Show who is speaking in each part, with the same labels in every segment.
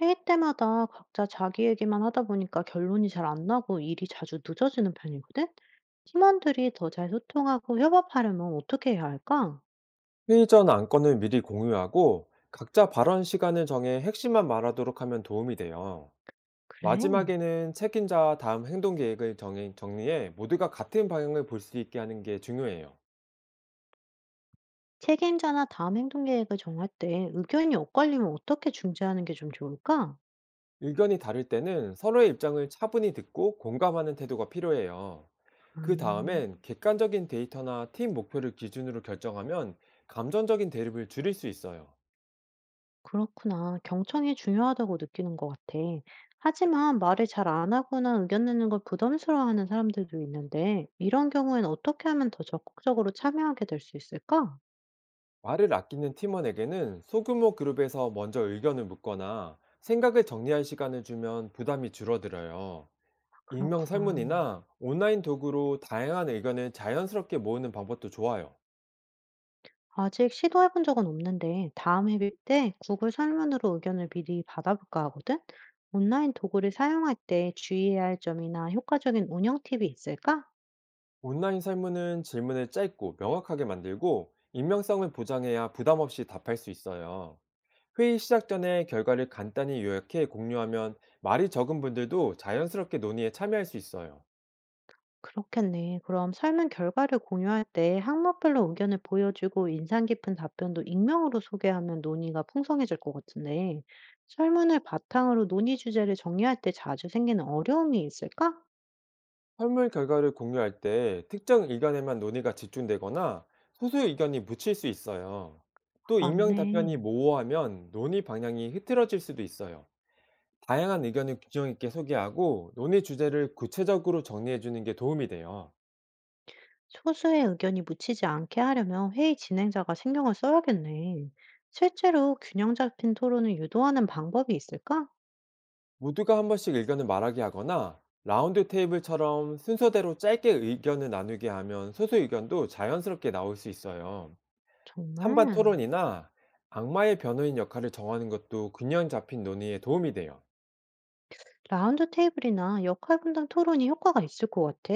Speaker 1: 회의 때마다 각자 자기 얘기만 하다 보니까 결론이 잘 안 나고 일이 자주 늦어지는 편이거든? 팀원들이 더 잘 소통하고 협업하려면 어떻게 해야 할까?
Speaker 2: 회의 전 안건을 미리 공유하고 각자 발언 시간을 정해 핵심만 말하도록 하면 도움이 돼요.
Speaker 1: 그래.
Speaker 2: 마지막에는 책임자와 다음 행동 계획을 정해, 정리해 모두가 같은 방향을 볼 수 있게 하는 게 중요해요.
Speaker 1: 책임자나 다음 행동 계획을 정할 때 의견이 엇갈리면 어떻게 중재하는 게 좀 좋을까?
Speaker 2: 의견이 다를 때는 서로의 입장을 차분히 듣고 공감하는 태도가 필요해요. 그
Speaker 1: 음,
Speaker 2: 다음엔 객관적인 데이터나 팀 목표를 기준으로 결정하면 감정적인 대립을 줄일 수 있어요.
Speaker 1: 그렇구나. 경청이 중요하다고 느끼는 것 같아. 하지만 말을 잘 안 하거나 의견 내는 걸 부담스러워하는 사람들도 있는데, 이런 경우엔 어떻게 하면 더 적극적으로 참여하게 될 수 있을까?
Speaker 2: 말을 아끼는 팀원에게는 소규모 그룹에서 먼저 의견을 묻거나 생각을 정리할 시간을 주면 부담이 줄어들어요. 익명
Speaker 1: 그렇구나.
Speaker 2: 설문이나 온라인 도구로 다양한 의견을 자연스럽게 모으는 방법도 좋아요.
Speaker 1: 아직 시도해 본 적은 없는데 다음 회의 때 구글 설문으로 의견을 미리 받아볼까 하거든? 온라인 도구를 사용할 때 주의해야 할 점이나 효과적인 운영 팁이 있을까?
Speaker 2: 온라인 설문은 질문을 짧고 명확하게 만들고 익명성을 보장해야 부담 없이 답할 수 있어요. 회의 시작 전에 결과를 간단히 요약해 공유하면 말이 적은 분들도 자연스럽게 논의에 참여할 수 있어요.
Speaker 1: 그렇겠네. 그럼 설문 결과를 공유할 때 항목별로 의견을 보여주고 인상 깊은 답변도 익명으로 소개하면 논의가 풍성해질 것 같은데, 설문을 바탕으로 논의 주제를 정리할 때 자주 생기는 어려움이 있을까?
Speaker 2: 설문 결과를 공유할 때 특정 의견에만 논의가 집중되거나 소수 의견이 묻힐 수 있어요.
Speaker 1: 아,
Speaker 2: 또 익명 답변이
Speaker 1: 맞네.
Speaker 2: 모호하면 논의 방향이 흐트러질 수도 있어요. 다양한 의견을 균형 있게 소개하고 논의 주제를 구체적으로 정리해 주는 게 도움이 돼요.
Speaker 1: 소수의 의견이 묻히지 않게 하려면 회의 진행자가 신경을 써야겠네. 실제로 균형 잡힌 토론을 유도하는 방법이 있을까?
Speaker 2: 모두가 한 번씩 의견을 말하게 하거나 라운드 테이블처럼 순서대로 짧게 의견을 나누게 하면 소수 의견도 자연스럽게 나올 수 있어요. 찬반
Speaker 1: 정말
Speaker 2: 토론이나 악마의 변호인 역할을 정하는 것도 균형 잡힌 논의에 도움이 돼요.
Speaker 1: 라운드 테이블이나 역할 분담 토론이 효과가 있을 것 같아.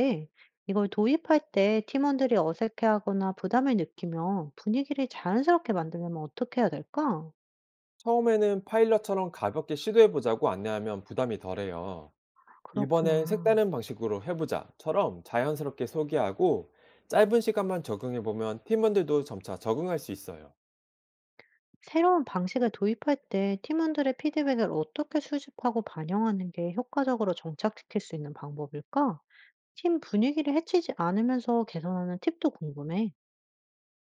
Speaker 1: 이걸 도입할 때 팀원들이 어색해하거나 부담을 느끼면 분위기를 자연스럽게 만들려면 어떻게 해야 될까?
Speaker 2: 처음에는 파일럿처럼 가볍게 시도해보자고 안내하면 부담이 덜해요. 이번엔
Speaker 1: 그렇구나.
Speaker 2: 색다른 방식으로 해보자처럼 자연스럽게 소개하고 짧은 시간만 적응해보면 팀원들도 점차 적응할 수 있어요.
Speaker 1: 새로운 방식을 도입할 때 팀원들의 피드백을 어떻게 수집하고 반영하는 게 효과적으로 정착시킬 수 있는 방법일까? 팀 분위기를 해치지 않으면서 개선하는 팁도 궁금해.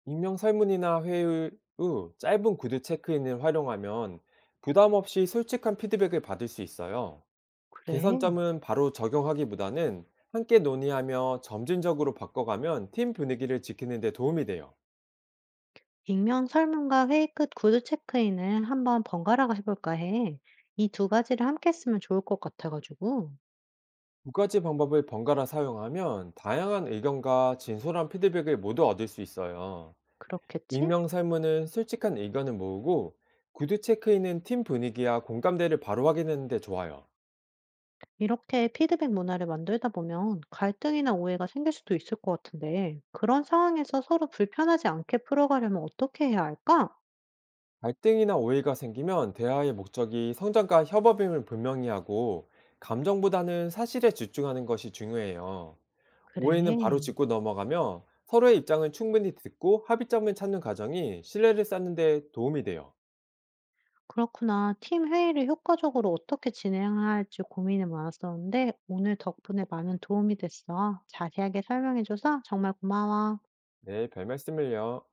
Speaker 2: 익명 설문이나 회의 후 짧은 구두 체크인을 활용하면 부담 없이 솔직한 피드백을 받을 수 있어요.
Speaker 1: 그래.
Speaker 2: 개선점은 바로 적용하기보다는 함께 논의하며 점진적으로 바꿔가면 팀 분위기를 지키는 데 도움이 돼요.
Speaker 1: 익명 설문과 회의 끝 구두 체크인을 한번 번갈아가 해볼까 해. 이 두 가지를 함께 쓰면 좋을 것 같아가지고.
Speaker 2: 두 가지 방법을 번갈아 사용하면 다양한 의견과 진솔한 피드백을 모두 얻을 수 있어요.
Speaker 1: 그렇겠지?
Speaker 2: 익명 설문은 솔직한 의견을 모으고 구두 체크인은 팀 분위기와 공감대를 바로 확인하는 데 좋아요.
Speaker 1: 이렇게 피드백 문화를 만들다 보면 갈등이나 오해가 생길 수도 있을 것 같은데, 그런 상황에서 서로 불편하지 않게 풀어가려면 어떻게 해야 할까?
Speaker 2: 갈등이나 오해가 생기면 대화의 목적이 성장과 협업임을 분명히 하고 감정보다는 사실에 집중하는 것이 중요해요. 오해는 바로
Speaker 1: 그래.
Speaker 2: 짚고 넘어가며 서로의 입장을 충분히 듣고 합의점을 찾는 과정이 신뢰를 쌓는 데 도움이 돼요.
Speaker 1: 그렇구나. 팀 회의를 효과적으로 어떻게 진행해야 할지 고민이 많았었는데, 오늘 덕분에 많은 도움이 됐어. 자세하게 설명해줘서 정말 고마워.
Speaker 2: 네, 별 말씀을요.